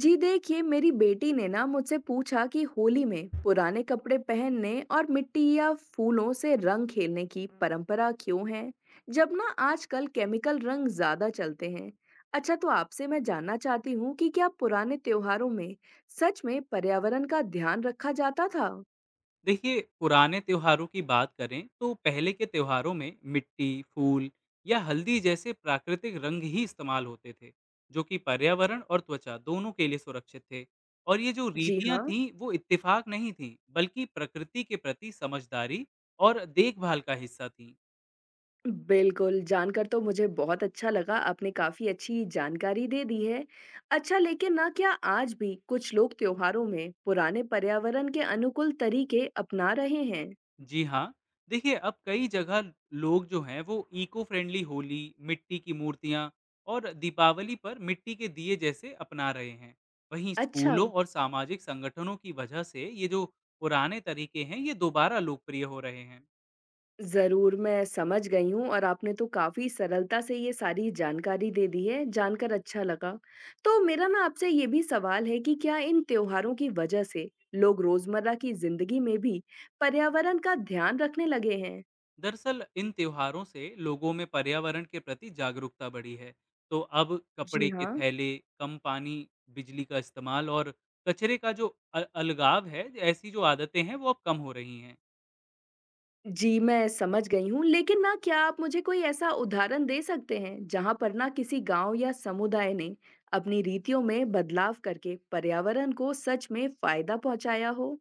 जी देखिए मेरी बेटी ने ना मुझसे पूछा कि होली में पुराने कपड़े पहनने और मिट्टी या फूलों से रंग खेलने की परंपरा क्यों है, जब ना आजकल केमिकल रंग ज्यादा चलते हैं। अच्छा, तो आपसे मैं जानना चाहती हूँ कि क्या पुराने त्योहारों में सच में पर्यावरण का ध्यान रखा जाता था। देखिए पुराने त्योहारों की बात करें तो पहले के त्योहारों में मिट्टी फूल या हल्दी जैसे प्राकृतिक रंग ही इस्तेमाल होते थे, जो कि पर्यावरण और त्वचा दोनों के लिए सुरक्षित थे। और ये जो जी रीतियां हाँ। थीं वो इत्तेफाक नहीं थीं बल्कि प्रकृति के प्रति समझदारी और देखभाल का हिस्सा थीं। बिल्कुल, जानकर तो मुझे बहुत अच्छा लगा, आपने काफ़ी अच्छी जानकारी दे दी है। अच्छा, लेकिन ना क्या आज भी कुछ लोग त्योहारों में पुराने पर्यावरण के अनुकूल तरीके अपना रहे हैं? जी हाँ, देखिए अब कई जगह लोग जो हैं वो इको फ्रेंडली होली, मिट्टी की मूर्तियाँ और दीपावली पर मिट्टी के दिए जैसे अपना रहे हैं। वहीं अच्छा, स्कूलों और सामाजिक संगठनों की वजह से ये जो पुराने तरीके हैं ये दोबारा लोकप्रिय हो रहे हैं। ज़रूर मैं समझ गई हूँ और आपने तो काफ़ी सरलता से ये सारी जानकारी दे दी है, जानकर अच्छा लगा। तो मेरा ना आपसे ये भी सवाल है कि क्या इन त्योहारों की वजह से लोग रोज़मर्रा की ज़िंदगी में भी पर्यावरण का ध्यान रखने लगे हैं? दरअसल इन त्योहारों से लोगों में पर्यावरण के प्रति जागरूकता बढ़ी है। तो अब जी कपड़े के हाँ। थैले, कम पानी, बिजली का इस्तेमाल और कचरे का जो अलगाव है, ऐसी जो आदतें हैं वो अब कम हो रही हैं। जी, मैं समझ गई हूँ, लेकिन ना क्या आप मुझे कोई ऐसा उदाहरण दे सकते हैं जहाँ पर ना किसी गाँव या समुदाय ने अपनी रीतियों में बदलाव करके पर्यावरण को सच में फायदा पहुँचाया हो?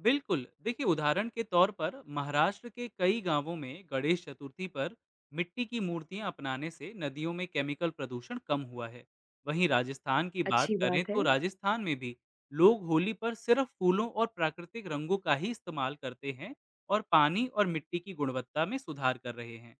बिल्कुल। देखिए उदाहरण के तौर पर महाराष्ट्र के कई गांवों में गणेश चतुर्थी पर मिट्टी की मूर्तियां अपनाने से नदियों में केमिकल प्रदूषण कम हुआ है। वहीं राजस्थान की बात अच्छी करें बात है। तो राजस्थान में भी लोग होली पर सिर्फ फूलों और प्राकृतिक रंगों का ही इस्तेमाल करते हैं और पानी और मिट्टी की गुणवत्ता में सुधार कर रहे हैं।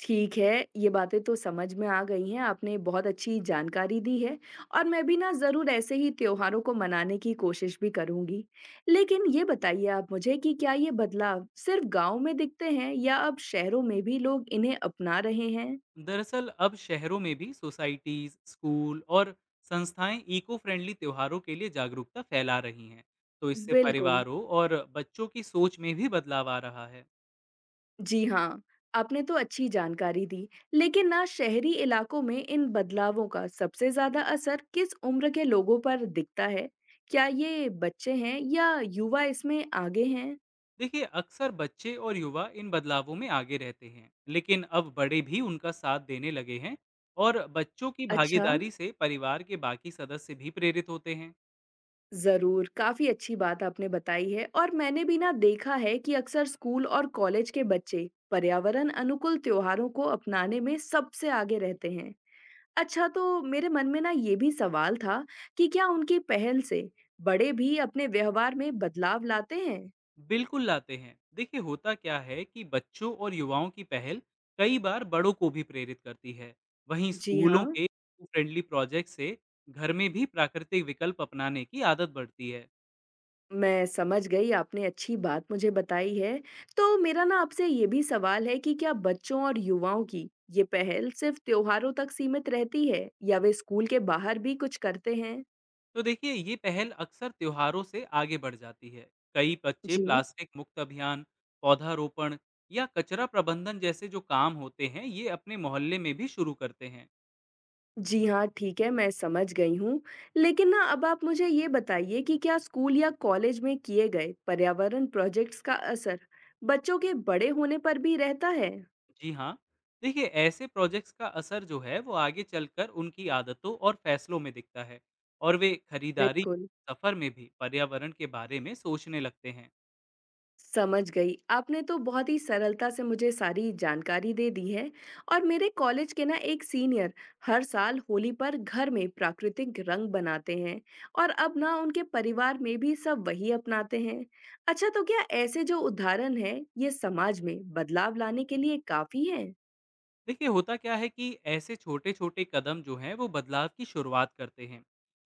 ठीक है, ये बातें तो समझ में आ गई हैं, आपने बहुत अच्छी जानकारी दी है और मैं भी ना ज़रूर ऐसे ही त्योहारों को मनाने की कोशिश भी करूँगी। लेकिन ये बताइए आप मुझे कि क्या ये बदलाव सिर्फ़ गाँव में दिखते हैं या अब शहरों में भी लोग इन्हें अपना रहे हैं? दरअसल अब शहरों में भी सोसाइटीज, स्कूल और संस्थाएं इको फ्रेंडली त्योहारों के लिए जागरूकता फैला रही हैं, तो इससे बिल्कुल। परिवारों और बच्चों की सोच में भी बदलाव आ रहा है। जी हाँ, आपने तो अच्छी जानकारी दी, लेकिन ना शहरी इलाकों में इन बदलावों का सबसे ज्यादा असर किस उम्र के लोगों पर दिखता है? क्या ये बच्चे हैं या युवा इसमें आगे हैं? देखिए अक्सर बच्चे और युवा इन बदलावों में आगे रहते हैं, लेकिन अब बड़े भी उनका साथ देने लगे हैं और बच्चों की अच्छा, भागीदारी से परिवार के बाकी सदस्य भी प्रेरित होते हैं। जरूर, काफी अच्छी बात आपने बताई है और मैंने भी ना देखा है कि अक्सर स्कूल और कॉलेज के बच्चे पर्यावरण अनुकूल त्योहारों को अपनाने में सबसे आगे रहते हैं। अच्छा, तो मेरे मन में ना ये भी सवाल था कि क्या उनकी पहल से बड़े भी अपने व्यवहार में बदलाव लाते हैं? बिल्कुल लाते हैं। देखिए होता क्या है कि बच्चों और युवाओं की पहल कई बार बड़ों को भी प्रेरित करती है। वहीं जी हाँ, स्कूलों के फ्रेंडली प्रोजेक्ट से घर में भी प्राकृतिक विकल्प अपनाने की आदत बढ़ती है। मैं समझ गई, आपने अच्छी बात मुझे बताई है। तो मेरा ना आपसे ये भी सवाल है कि क्या बच्चों और युवाओं की ये पहल सिर्फ त्योहारों तक सीमित रहती है या वे स्कूल के बाहर भी कुछ करते हैं? तो देखिए ये पहल अक्सर त्योहारों से आगे बढ़ जाती है। कई बच्चे जी। प्लास्टिक मुक्त अभियान, पौधारोपण या कचरा प्रबंधन जैसे जो काम होते हैं ये अपने मोहल्ले में भी शुरू करते हैं। जी हाँ, ठीक है, मैं समझ गई हूँ। लेकिन ना अब आप मुझे ये बताइए कि क्या स्कूल या कॉलेज में किए गए पर्यावरण प्रोजेक्ट्स का असर बच्चों के बड़े होने पर भी रहता है? जी हाँ, देखिए ऐसे प्रोजेक्ट्स का असर जो है वो आगे चलकर उनकी आदतों और फैसलों में दिखता है और वे खरीदारी, बिल्कुल। सफर में भी पर्यावरण के बारे में सोचने लगते हैं। समझ गई। आपने तो बहुत ही सरलता से मुझे सारी जानकारी दे दी है और मेरे कॉलेज के ना एक सीनियर हर साल होली पर घर में प्राकृतिक रंग बनाते हैं, और अब ना उनके परिवार में भी सब वही अपनाते हैं। अच्छा, तो क्या ऐसे जो उदाहरण है ये समाज में बदलाव लाने के लिए काफी है? देखिए होता क्या है कि ऐसे छोटे-छोटे कदम जो हैं वो बदलाव की शुरुआत करते हैं।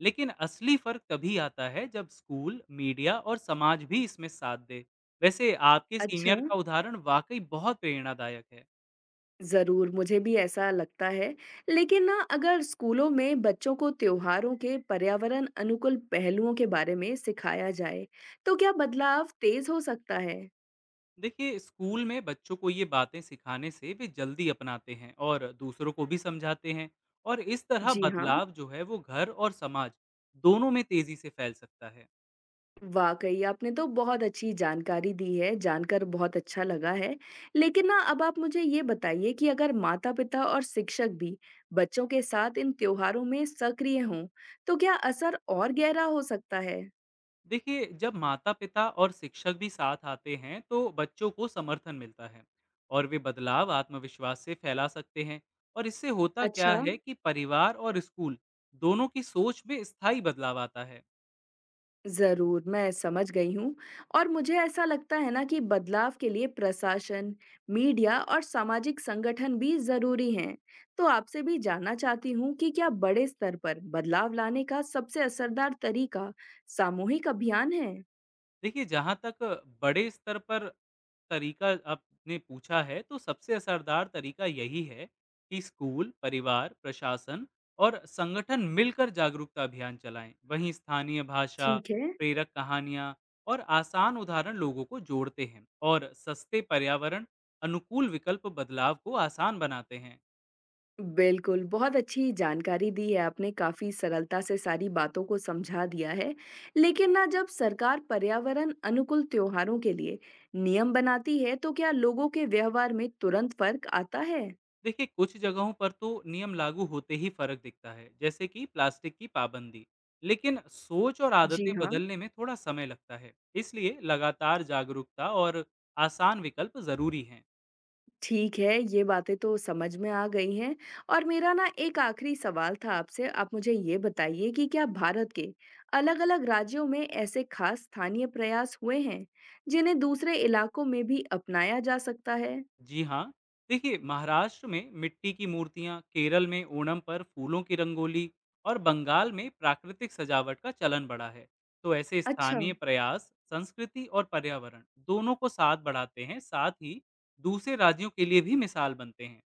लेकिन असली फर्क तभी आता है जब स्कूल, मीडिया और समाज भी इसमें साथ दे। वैसे आपके अच्छा, सीनियर का उदाहरण वाकई बहुत प्रेरणादायक है। ज़रूर, मुझे भी ऐसा लगता है। लेकिन ना अगर स्कूलों में बच्चों को त्योहारों के पर्यावरण अनुकूल पहलुओं के बारे में सिखाया जाए, तो क्या बदलाव तेज़ हो सकता है? देखिए स्कूल में बच्चों को ये बातें सिखाने से वे जल्दी अपनाते हैं और दूसरों को भी समझाते हैं और इस तरह जी हाँ, बदलाव जो है वो घर और समाज दोनों में तेजी से फैल सकता है। वाक़ई आपने तो बहुत अच्छी जानकारी दी है, जानकर बहुत अच्छा लगा है। लेकिन ना अब आप मुझे ये बताइए कि अगर माता-पिता और शिक्षक भी बच्चों के साथ इन त्योहारों में सक्रिय हों, तो क्या असर और गहरा हो सकता है? देखिए जब माता पिता और शिक्षक भी साथ आते हैं तो बच्चों को समर्थन मिलता है और वे बदलाव आत्मविश्वास से फैला सकते हैं। और इससे होता क्या अच्छा। है कि परिवार और स्कूल दोनों की सोच में स्थायी बदलाव आता है। ज़रूर, मैं समझ गई हूँ और मुझे ऐसा लगता है ना कि बदलाव के लिए प्रशासन, मीडिया और सामाजिक संगठन भी ज़रूरी हैं। तो आपसे भी जानना चाहती हूँ कि क्या बड़े स्तर पर बदलाव लाने का सबसे असरदार तरीका सामूहिक अभियान है? देखिए जहाँ तक बड़े स्तर पर तरीका आपने पूछा है, तो सबसे असरदार तरीका यही है कि स्कूल, परिवार, प्रशासन और संगठन मिलकर जागरूकता अभियान चलाएं। वहीं स्थानीय भाषा, ठीक है। प्रेरक कहानियां और आसान उदाहरण लोगों को जोड़ते हैं और सस्ते पर्यावरण अनुकूल विकल्प बदलाव को आसान बनाते हैं। बिल्कुल, बहुत अच्छी जानकारी दी है आपने, काफ़ी सरलता से सारी बातों को समझा दिया है। लेकिन ना जब सरकार पर्यावरण अनुकूल त्योहारों के लिए नियम बनाती है, तो क्या लोगों के व्यवहार में तुरंत फ़र्क आता है? देखिए कुछ जगहों पर तो नियम लागू होते ही फर्क दिखता है, जैसे कि प्लास्टिक की पाबंदी। लेकिन सोच और जी आदतें हाँ। बदलने में थोड़ा समय लगता है, इसलिए लगातार जागरूकता और आसान विकल्प जरूरी हैं। ठीक है, ये बातें तो समझ में आ गई हैं और मेरा ना एक आखिरी सवाल था आपसे, आप मुझे ये बताइए कि क्या भारत के अलग-अलग राज्यों में ऐसे खास स्थानीय प्रयास हुए हैं, जिन्हें दूसरे इलाकों में भी अपनाया जा सकता है? जी हाँ, देखिए महाराष्ट्र में मिट्टी की मूर्तियाँ, केरल में ओणम पर फूलों की रंगोली और बंगाल में प्राकृतिक सजावट का चलन बढ़ा है। तो ऐसे अच्छा। स्थानीय प्रयास संस्कृति और पर्यावरण दोनों को साथ बढ़ाते हैं, साथ ही दूसरे राज्यों के लिए भी मिसाल बनते हैं।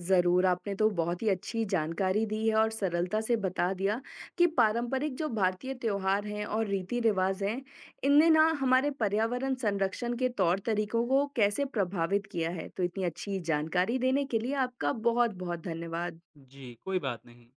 ज़रूर, आपने तो बहुत ही अच्छी जानकारी दी है और सरलता से बता दिया कि पारंपरिक जो भारतीय त्योहार हैं और रीति-रिवाज़ हैं, इनने ना हमारे पर्यावरण संरक्षण के तौर-तरीकों को कैसे प्रभावित किया है। तो इतनी अच्छी जानकारी देने के लिए आपका बहुत-बहुत धन्यवाद। जी, कोई बात नहीं।